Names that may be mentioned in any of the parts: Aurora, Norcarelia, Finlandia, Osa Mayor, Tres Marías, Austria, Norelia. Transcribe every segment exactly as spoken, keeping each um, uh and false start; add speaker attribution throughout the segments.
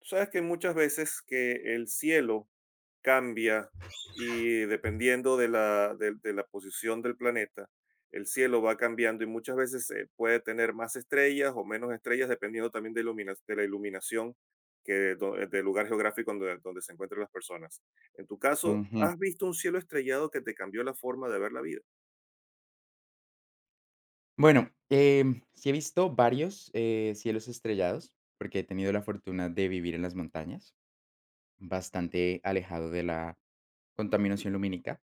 Speaker 1: Tú sabes que muchas veces que el cielo cambia y dependiendo de la, de, de la posición del planeta, el cielo va cambiando y muchas veces eh, puede tener más estrellas o menos estrellas dependiendo también de, ilumina- de la iluminación que do- del lugar geográfico donde, donde se encuentran las personas. En tu caso,
Speaker 2: Ujú.
Speaker 1: ¿has visto un cielo estrellado que te cambió la forma de ver la vida?
Speaker 2: Bueno, em, sí he visto varios, eh, cielos estrellados, porque he tenido la fortuna de vivir en las montañas, bastante alejado de la contaminación lumínica.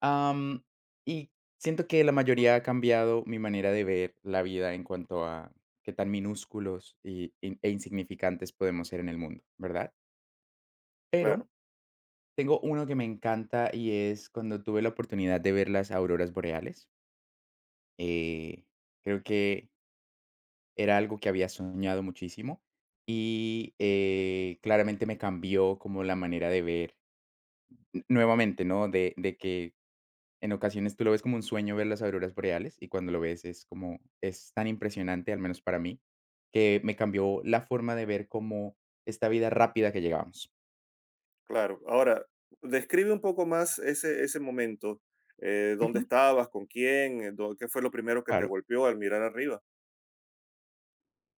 Speaker 2: Am, y siento que la mayoría ha cambiado mi manera de ver la vida en cuanto a qué tan minúsculos y- y- e insignificantes podemos ser en el mundo, ¿verdad?
Speaker 1: Claro.
Speaker 2: Pero tengo uno que me encanta y es cuando tuve la oportunidad de ver las auroras boreales. Eh, creo que Era algo que había soñado muchísimo y, eh, claramente me cambió como la manera de ver n nuevamente, ¿no? De de que en ocasiones tú lo ves como un sueño ver las auroras boreales, y cuando lo ves es como es tan impresionante, al menos para mí, que me cambió la forma de ver como esta vida rápida que llevábamos.
Speaker 1: Claro. Ahora, describe un poco más ese, ese momento. eh, Dónde
Speaker 2: Ujú,
Speaker 1: estabas? ¿Con quién? eh, dó- ¿Qué fue lo primero que te
Speaker 2: claro.
Speaker 1: golpeó al mirar arriba?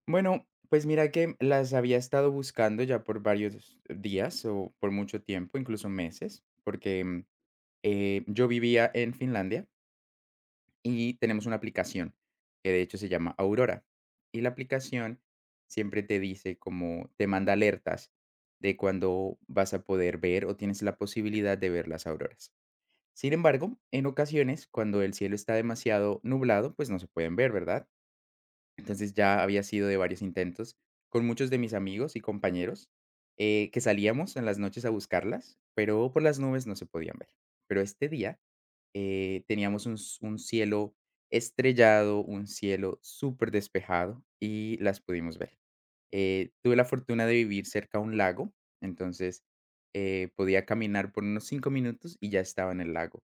Speaker 2: Bueno, pues mira que las había estado buscando ya por varios días o por mucho tiempo, incluso meses, porque, mm, eh, yo vivía en Finlandia. Y tenemos una aplicación, que de hecho se llama Aurora. Y la aplicación siempre te dice como te manda alertas de cuando vas a poder ver o tienes la posibilidad de ver las auroras. Sin embargo, en ocasiones, cuando el cielo está demasiado nublado, pues no se pueden ver, ¿verdad? Entonces ya había sido de varios intentos con muchos de mis amigos y compañeros, eh, que salíamos en las noches a buscarlas, pero por las nubes no se podían ver. Pero este día, eh, teníamos un, s- un cielo estrellado, un cielo súper despejado y las pudimos ver. Eh, tuve la fortuna de vivir cerca a un lago, entonces eh, podía caminar por unos cinco minutos y ya estaba en el lago.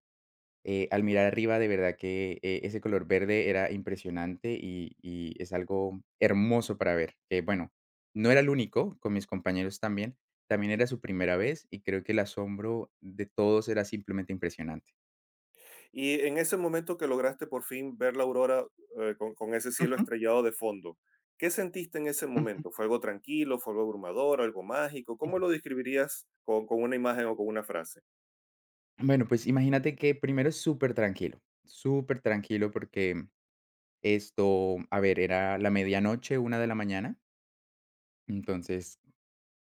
Speaker 2: Eh, al mirar arriba, de verdad que eh, ese color verde era impresionante y, y es algo hermoso para ver. Eh, bueno, no era el único, con mis compañeros también. También era su primera vez y creo que el asombro de todos era simplemente impresionante.
Speaker 1: Y en ese momento que lograste por fin ver la aurora eh, con, con ese cielo
Speaker 2: Ujú,
Speaker 1: estrellado de fondo, ¿qué sentiste en ese
Speaker 2: ujú.
Speaker 1: momento? ¿Fue algo tranquilo? ¿Fue algo abrumador? ¿Algo mágico? ¿Cómo lo describirías con, con una imagen o con una frase?
Speaker 2: Bueno, pues imagínate que primero es súper tranquilo, súper tranquilo porque esto, a ver, era la medianoche, una de la mañana, entonces,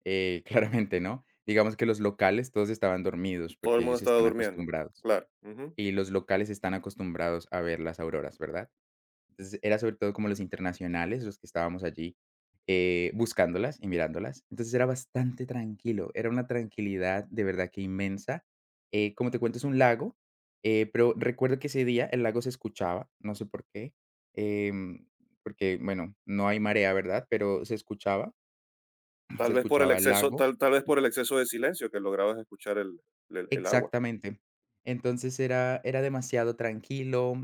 Speaker 2: eh, claramente, ¿no? Digamos que los locales todos estaban dormidos
Speaker 1: Todo el
Speaker 2: porque
Speaker 1: mundo
Speaker 2: ellos
Speaker 1: estaba
Speaker 2: están
Speaker 1: durmiendo.
Speaker 2: acostumbrados,
Speaker 1: Claro. Ujú.
Speaker 2: y los locales están acostumbrados a ver las auroras, ¿verdad? Entonces, era sobre todo como los internacionales, los que estábamos allí, eh, buscándolas y mirándolas. Entonces, era bastante tranquilo, era una tranquilidad de verdad que inmensa. Eh, como te cuento, es un lago, eh, pero recuerdo que ese día el lago se escuchaba, no sé por qué, em, porque, bueno, no hay marea, ¿verdad? Pero se escuchaba,
Speaker 1: Tal
Speaker 2: se
Speaker 1: vez por el
Speaker 2: escuchaba el
Speaker 1: exceso,
Speaker 2: lago.
Speaker 1: tal, tal vez por el exceso de silencio que lograbas escuchar el el- el agua.
Speaker 2: Exactamente. Entonces, era, era demasiado tranquilo.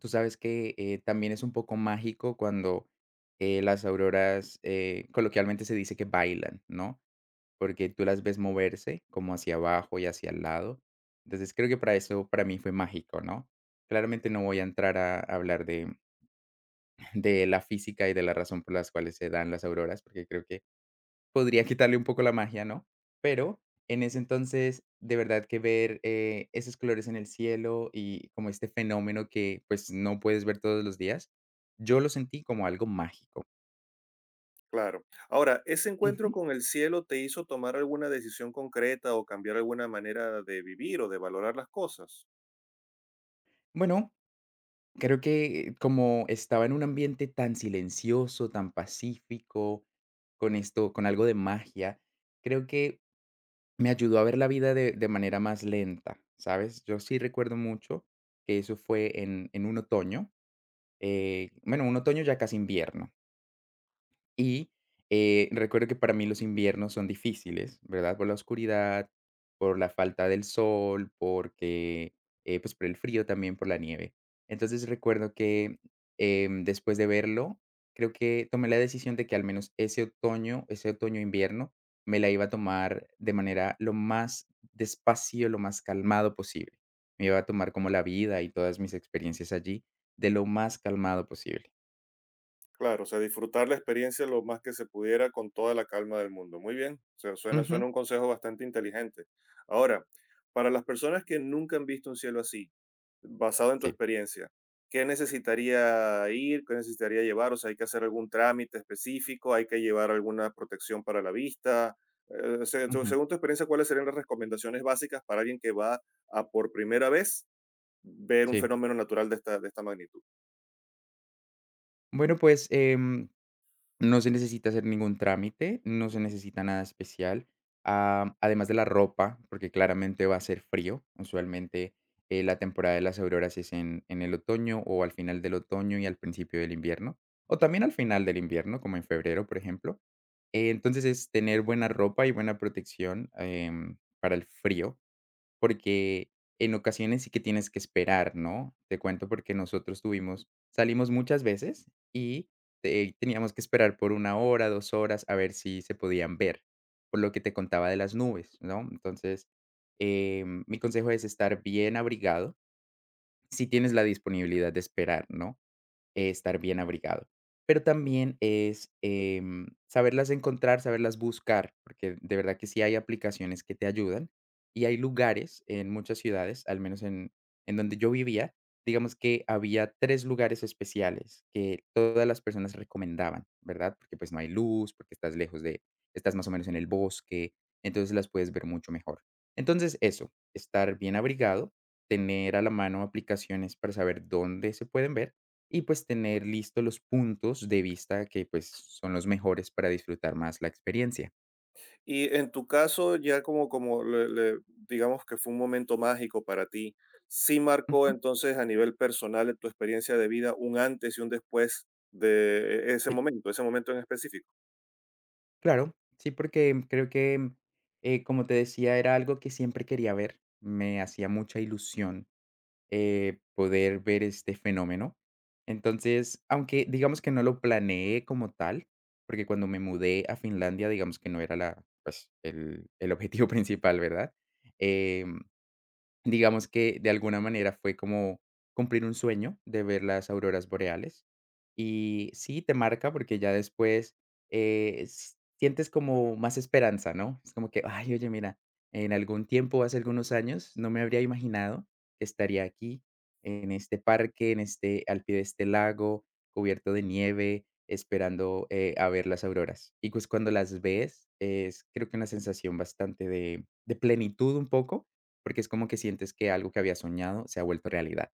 Speaker 2: Tú sabes que eh, también es un poco mágico cuando eh, las auroras, eh, coloquialmente se dice que bailan, ¿no? Porque tú las ves moverse como hacia abajo y hacia el lado. Entonces creo que para eso, para mí fue mágico, ¿no? Claramente no voy a entrar a hablar de, de la física y de la razón por las cuales se dan las auroras, porque creo que podría quitarle un poco la magia, ¿no? Pero en ese entonces, de verdad que ver, eh, esos colores en el cielo y como este fenómeno que, pues, no puedes ver todos los días, yo lo sentí como algo mágico.
Speaker 1: Claro. Ahora, ¿ese encuentro
Speaker 2: Ujú.
Speaker 1: con el cielo te hizo tomar alguna decisión concreta o cambiar alguna manera de vivir o de valorar las cosas?
Speaker 2: Bueno, creo que como estaba en un ambiente tan silencioso, tan pacífico, con esto, con algo de magia, creo que me ayudó a ver la vida de de manera más lenta, ¿sabes? Yo sí recuerdo mucho que eso fue en en un otoño. Eh, bueno, un otoño ya casi invierno. Y, eh, recuerdo que para mí los inviernos son difíciles, ¿verdad? Por la oscuridad, por la falta del sol, porque, eh, pues, por el frío también, por la nieve. Entonces, recuerdo que, em, después de verlo, creo que tomé la decisión de que al menos ese otoño ese otoño-invierno me la iba a tomar de manera lo más despacio, lo más calmado posible. Me iba a tomar como la vida y todas mis experiencias allí de lo más calmado posible.
Speaker 1: Claro, o sea, disfrutar la experiencia lo más que se pudiera con toda la calma del mundo. Muy bien, o sea, suena, suena
Speaker 2: Ujú.
Speaker 1: un consejo bastante inteligente. Ahora, para las personas que nunca han visto un cielo así, basado en tu
Speaker 2: Sí.
Speaker 1: experiencia, ¿qué necesitaría ir? ¿Qué necesitaría llevar? O sea, ¿hay que hacer algún trámite específico? ¿Hay que llevar alguna protección para la vista? Eh, o sea, tú-
Speaker 2: Ujú.
Speaker 1: según tu experiencia, ¿cuáles serían las recomendaciones básicas para alguien que va a por primera vez ver un
Speaker 2: Sí.
Speaker 1: fenómeno natural de esta, de esta magnitud?
Speaker 2: Bueno, pues, em, no se necesita hacer ningún trámite, no se necesita nada especial, am, además de la ropa, porque claramente va a ser frío. Usualmente, eh, la temporada de las auroras es en en el otoño o al final del otoño y al principio del invierno, o también al final del invierno, como en febrero, por ejemplo. Eh, Entonces, es tener buena ropa y buena protección, em, para el frío. Porque en ocasiones sí que tienes que esperar, ¿no? Te cuento porque nosotros tuvimos salimos muchas veces y, eh, teníamos que esperar por una hora, dos horas a ver si se podían ver, por lo que te contaba de las nubes, ¿no? Entonces, em, mi consejo es estar bien abrigado, si tienes la disponibilidad de esperar, ¿no? eh, Estar bien abrigado. Pero también es, em, saberlas encontrar, saberlas buscar, porque de verdad que sí hay aplicaciones que te ayudan y hay lugares en muchas ciudades, al menos en en donde yo vivía, digamos que había tres lugares especiales que todas las personas recomendaban, ¿verdad? Porque, pues, no hay luz, porque estás lejos de estás más o menos en el bosque, entonces las puedes ver mucho mejor. Entonces eso, estar bien abrigado, tener a la mano aplicaciones para saber dónde se pueden ver, y pues tener listos los puntos de vista que pues son los mejores para disfrutar más la experiencia.
Speaker 1: Y en tu caso, ya como, como le- le- digamos que fue un momento mágico para ti, ¿sí marcó
Speaker 2: Ujú.
Speaker 1: entonces a nivel personal en tu experiencia de vida un antes y un después de ese
Speaker 2: Sí.
Speaker 1: momento, ese momento en específico?
Speaker 2: Claro, sí, porque creo que, eh, como te decía, era algo que siempre quería ver. Me hacía mucha ilusión, eh, poder ver este fenómeno. Entonces, aunque digamos que no lo planeé como tal, porque cuando me mudé a Finlandia, digamos que no era la, pues, el, el objetivo principal, ¿verdad? Em, Digamos que de alguna manera fue como cumplir un sueño de ver las auroras boreales. Y sí, te marca porque ya después eh, s- sientes como más esperanza, ¿no? Es como que, ay, oye, mira, en algún tiempo, hace algunos años, no me habría imaginado que estaría aquí, en este parque, en este, al pie de este lago, cubierto de nieve, esperando, eh, a ver las auroras. Y pues cuando las ves, es creo que una sensación bastante de, de plenitud un poco porque es como que sientes que algo que había soñado se ha vuelto realidad.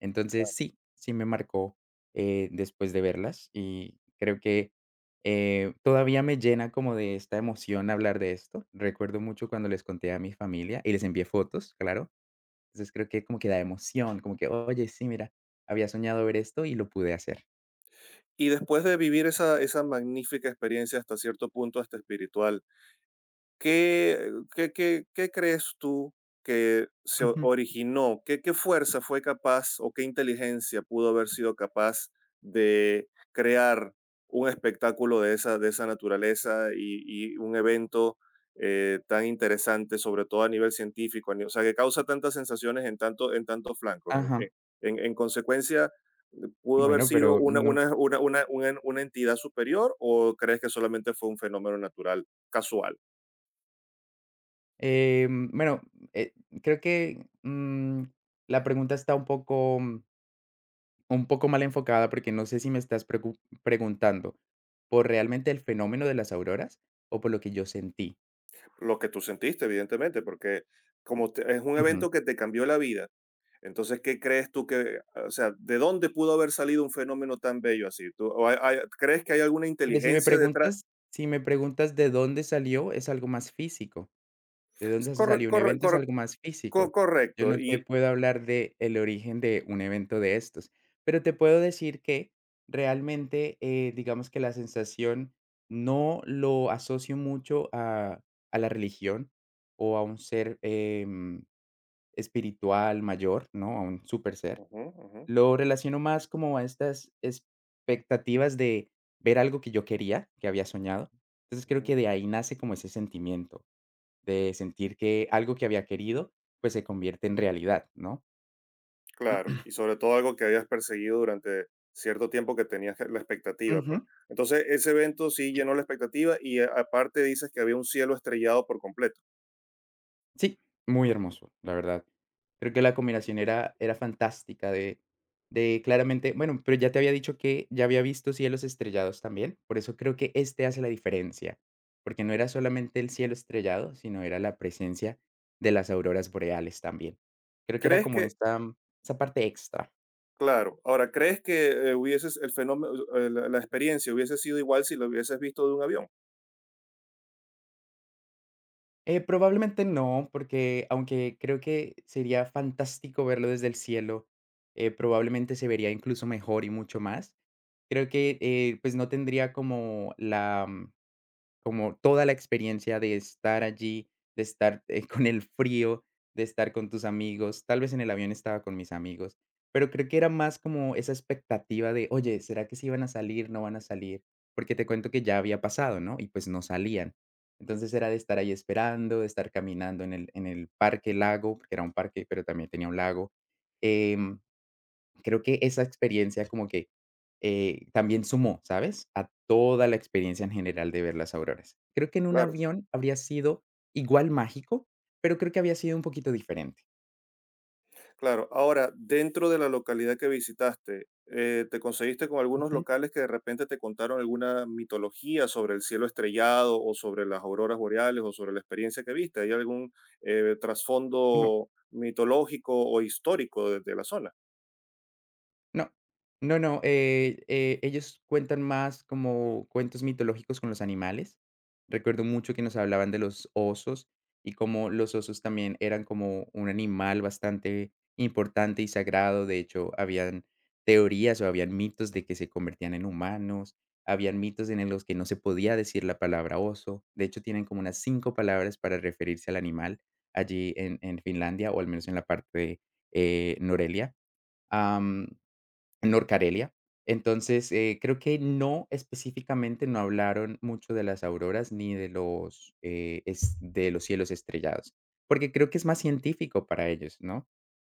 Speaker 2: Entonces, sí, sí me marcó, eh, después de verlas y creo que, eh, todavía me llena como de esta emoción hablar de esto. Recuerdo mucho cuando les conté a mi familia y les envié fotos, claro. Entonces, creo que como que da emoción, como que: "Oye, sí, mira, había soñado ver esto y lo pude hacer".
Speaker 1: Y después de vivir esa, esa magnífica experiencia hasta cierto punto, hasta espiritual, ¿Qué qué qué qué crees tú que se o-
Speaker 2: Ujú.
Speaker 1: originó? ¿Qué qué fuerza fue capaz o qué inteligencia pudo haber sido capaz de crear un espectáculo de esa de esa naturaleza y y un evento, eh, tan interesante, sobre todo a nivel científico? A ni- O sea, que causa tantas sensaciones en tanto en tantos flancos. En
Speaker 2: Ajá.
Speaker 1: en en en consecuencia, ¿pudo haber
Speaker 2: Bueno,
Speaker 1: sido
Speaker 2: pero
Speaker 1: una
Speaker 2: no,
Speaker 1: una una una una una entidad superior o crees que solamente fue un fenómeno natural, casual?
Speaker 2: em, bueno, eh, creo que, mm, la pregunta está un poco Un poco mal enfocada, porque no sé si me estás precu preguntando, ¿por realmente el fenómeno de las auroras o por lo que yo sentí?
Speaker 1: Lo que tú sentiste, evidentemente, porque como te- es un
Speaker 2: Ujú.
Speaker 1: evento que te cambió la vida, entonces, ¿qué crees tú que, o sea, de dónde pudo haber salido un fenómeno tan bello así? ¿Tú, o hay- hay- ¿Crees que hay alguna
Speaker 2: Pero si me
Speaker 1: inteligencia detrás?
Speaker 2: preguntas si me preguntas de dónde salió, es algo más físico, de dónde se
Speaker 1: Corre-
Speaker 2: salió un
Speaker 1: corre-
Speaker 2: evento es
Speaker 1: corre-
Speaker 2: algo más
Speaker 1: co-
Speaker 2: físico.
Speaker 1: Correcto,
Speaker 2: Yo no te
Speaker 1: y...
Speaker 2: puedo hablar de el origen de un evento de estos, pero te puedo decir que realmente, eh, digamos que la sensación no lo asocio mucho a a la religión o a un ser, eh espiritual mayor, ¿no? A un super ser.
Speaker 1: Ujú, ujú,
Speaker 2: Lo relaciono más como a estas expectativas de ver algo que yo quería, que había soñado. Entonces creo
Speaker 1: ujú.
Speaker 2: que de ahí nace como ese sentimiento de sentir que algo que había querido, pues se convierte en realidad, ¿no?
Speaker 1: Claro, y sobre todo algo que habías perseguido durante cierto tiempo que tenías la expectativa, pues.
Speaker 2: Ujú.
Speaker 1: Entonces, ese evento sí llenó la expectativa y eh, aparte dices que había un cielo estrellado por completo.
Speaker 2: Sí, muy hermoso, la verdad. Creo que la combinación era era fantástica de de claramente, bueno, pero ya te había dicho que ya había visto cielos estrellados también, por eso creo que este hace la diferencia, porque no era solamente el cielo estrellado, sino era la presencia de las auroras boreales también. Creo que era
Speaker 1: ¿Crees
Speaker 2: como
Speaker 1: que
Speaker 2: esta esa parte extra.
Speaker 1: claro. Ahora, ¿crees que eh, hubieses el fenómeno, eh, la, la experiencia hubiese sido igual si lo hubieses visto de un avión?
Speaker 2: Eh, probablemente no, porque aunque creo que sería fantástico verlo desde el cielo, eh, probablemente se vería incluso mejor y mucho más. Creo que, eh, pues, no tendría como la, mm, como toda la experiencia de estar allí, de estar, eh, con el frío, de estar con tus amigos. Tal vez en el avión estaba con mis amigos, pero creo que era más como esa expectativa de, oye, ¿será que sí van a salir, no van a salir? Porque te cuento que ya había pasado, ¿no? Y pues no salían. Entonces era de estar ahí esperando, de estar caminando en el en el parque lago, porque era un parque, pero también tenía un lago. Em Creo que esa experiencia como que, eh, también sumó, ¿sabes? A toda la experiencia en general de ver las auroras. Creo que en un
Speaker 1: Claro,
Speaker 2: avión habría sido igual mágico, pero creo que había sido un poquito diferente.
Speaker 1: claro. Ahora, dentro de la localidad que visitaste, eh, ¿te conseguiste con algunos
Speaker 2: Ujú.
Speaker 1: locales que de repente te contaron alguna mitología sobre el cielo estrellado o sobre las auroras boreales o sobre la experiencia que viste? ¿Hay algún eh, trasfondo mitológico o histórico de de la zona?
Speaker 2: No, no, no, eh eh, ellos cuentan más como cuentos mitológicos con los animales. Recuerdo mucho que nos hablaban de los osos y cómo los osos también eran como un animal bastante importante y sagrado. De hecho, habían teorías o habían mitos de que se convertían en humanos, habían mitos en los que no se podía decir la palabra oso. De hecho, tienen como unas cinco palabras para referirse al animal allí en en Finlandia, o al menos en la parte de, eh, Norelia. Norcarelia. Entonces, eh, creo que no, específicamente no hablaron mucho de las auroras ni de los, eh, es de los cielos estrellados, porque creo que es más científico para ellos, ¿no?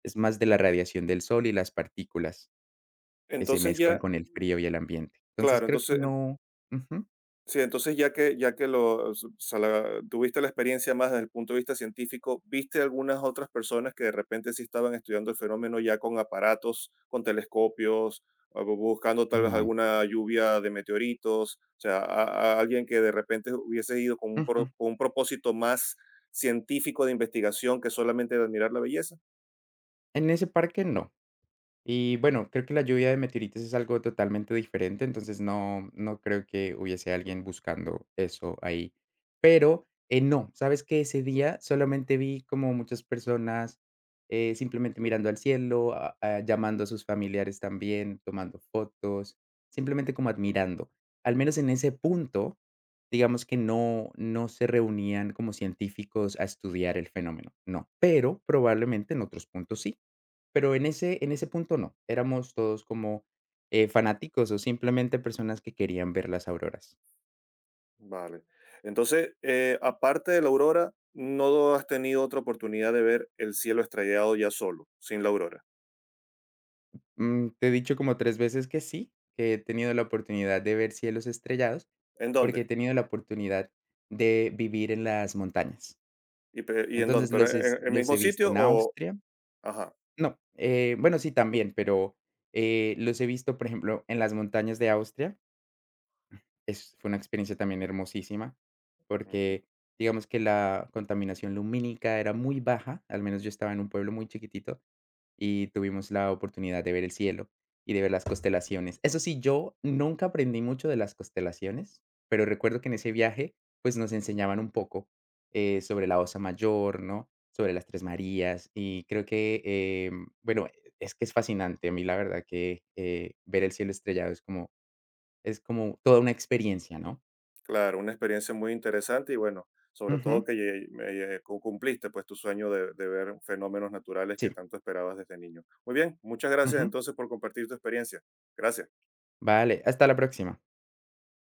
Speaker 2: Es más de la radiación del sol y las partículas que se
Speaker 1: Entonces
Speaker 2: mezclan
Speaker 1: ya,
Speaker 2: con el frío y el ambiente. Entonces,
Speaker 1: claro,
Speaker 2: creo que
Speaker 1: entonces
Speaker 2: no, ujú,
Speaker 1: sí, entonces ya que ya que lo o sea, la tuviste la experiencia más desde el punto de vista científico, ¿viste algunas otras personas que de repente sí estaban estudiando el fenómeno ya con aparatos, con telescopios, o bu buscando tal vez
Speaker 2: no,
Speaker 1: alguna lluvia de meteoritos? O sea, a a alguien que de repente hubiese ido con un
Speaker 2: ujú.
Speaker 1: pro con un propósito más científico de investigación que solamente de admirar la belleza.
Speaker 2: En ese parque no. Y bueno, creo que la lluvia de meteoritos es algo totalmente diferente, entonces no, no creo que hubiese alguien buscando eso ahí. Pero eh, no, sabes que ese día solamente vi como muchas personas, eh, simplemente mirando al cielo, a- a- llamando a sus familiares también, tomando fotos, simplemente como admirando. Al menos en ese punto, digamos que no, no se reunían como científicos a estudiar el fenómeno, no, pero probablemente en otros puntos sí. Pero en ese en ese punto no, éramos todos como, eh, fanáticos o simplemente personas que querían ver las auroras.
Speaker 1: Vale. Entonces, eh, aparte de la aurora, ¿no has tenido otra oportunidad de ver el cielo estrellado ya solo, sin la aurora?
Speaker 2: Mm, te he dicho como tres veces que sí, que he tenido la oportunidad de ver cielos estrellados,
Speaker 1: ¿En
Speaker 2: porque
Speaker 1: dónde?
Speaker 2: he tenido la oportunidad de vivir en las montañas.
Speaker 1: ¿Y, pe- y en dónde?
Speaker 2: Entonces,
Speaker 1: ¿Pero
Speaker 2: los es
Speaker 1: en el
Speaker 2: los
Speaker 1: mismo
Speaker 2: he visto
Speaker 1: sitio
Speaker 2: en
Speaker 1: o...?
Speaker 2: Austria,
Speaker 1: Ajá.
Speaker 2: no, eh, bueno, sí, también, pero, eh, los he visto, por ejemplo, en las montañas de Austria. Es Fue una experiencia también hermosísima,
Speaker 1: Ujú.
Speaker 2: porque digamos que la contaminación lumínica era muy baja, al menos yo estaba en un pueblo muy chiquitito, y tuvimos la oportunidad de ver el cielo y de ver las constelaciones. Eso sí, yo nunca aprendí mucho de las constelaciones, pero recuerdo que en ese viaje, pues, nos enseñaban un poco, eh, sobre la Osa Mayor, ¿no? Sobre las Tres Marías, y creo que, em, bueno, es que es fascinante. A mí la verdad que, eh, ver el cielo estrellado es como es como toda una experiencia, ¿no?
Speaker 1: Claro, una experiencia muy interesante y bueno, sobre
Speaker 2: Ujú,
Speaker 1: todo que lle- me- eh, cu- cumpliste pues tu sueño de, de ver fenómenos naturales que
Speaker 2: sí,
Speaker 1: tanto esperabas desde niño. Muy bien, muchas gracias
Speaker 2: ujú.
Speaker 1: entonces por compartir tu experiencia. Gracias.
Speaker 2: Vale, hasta la próxima.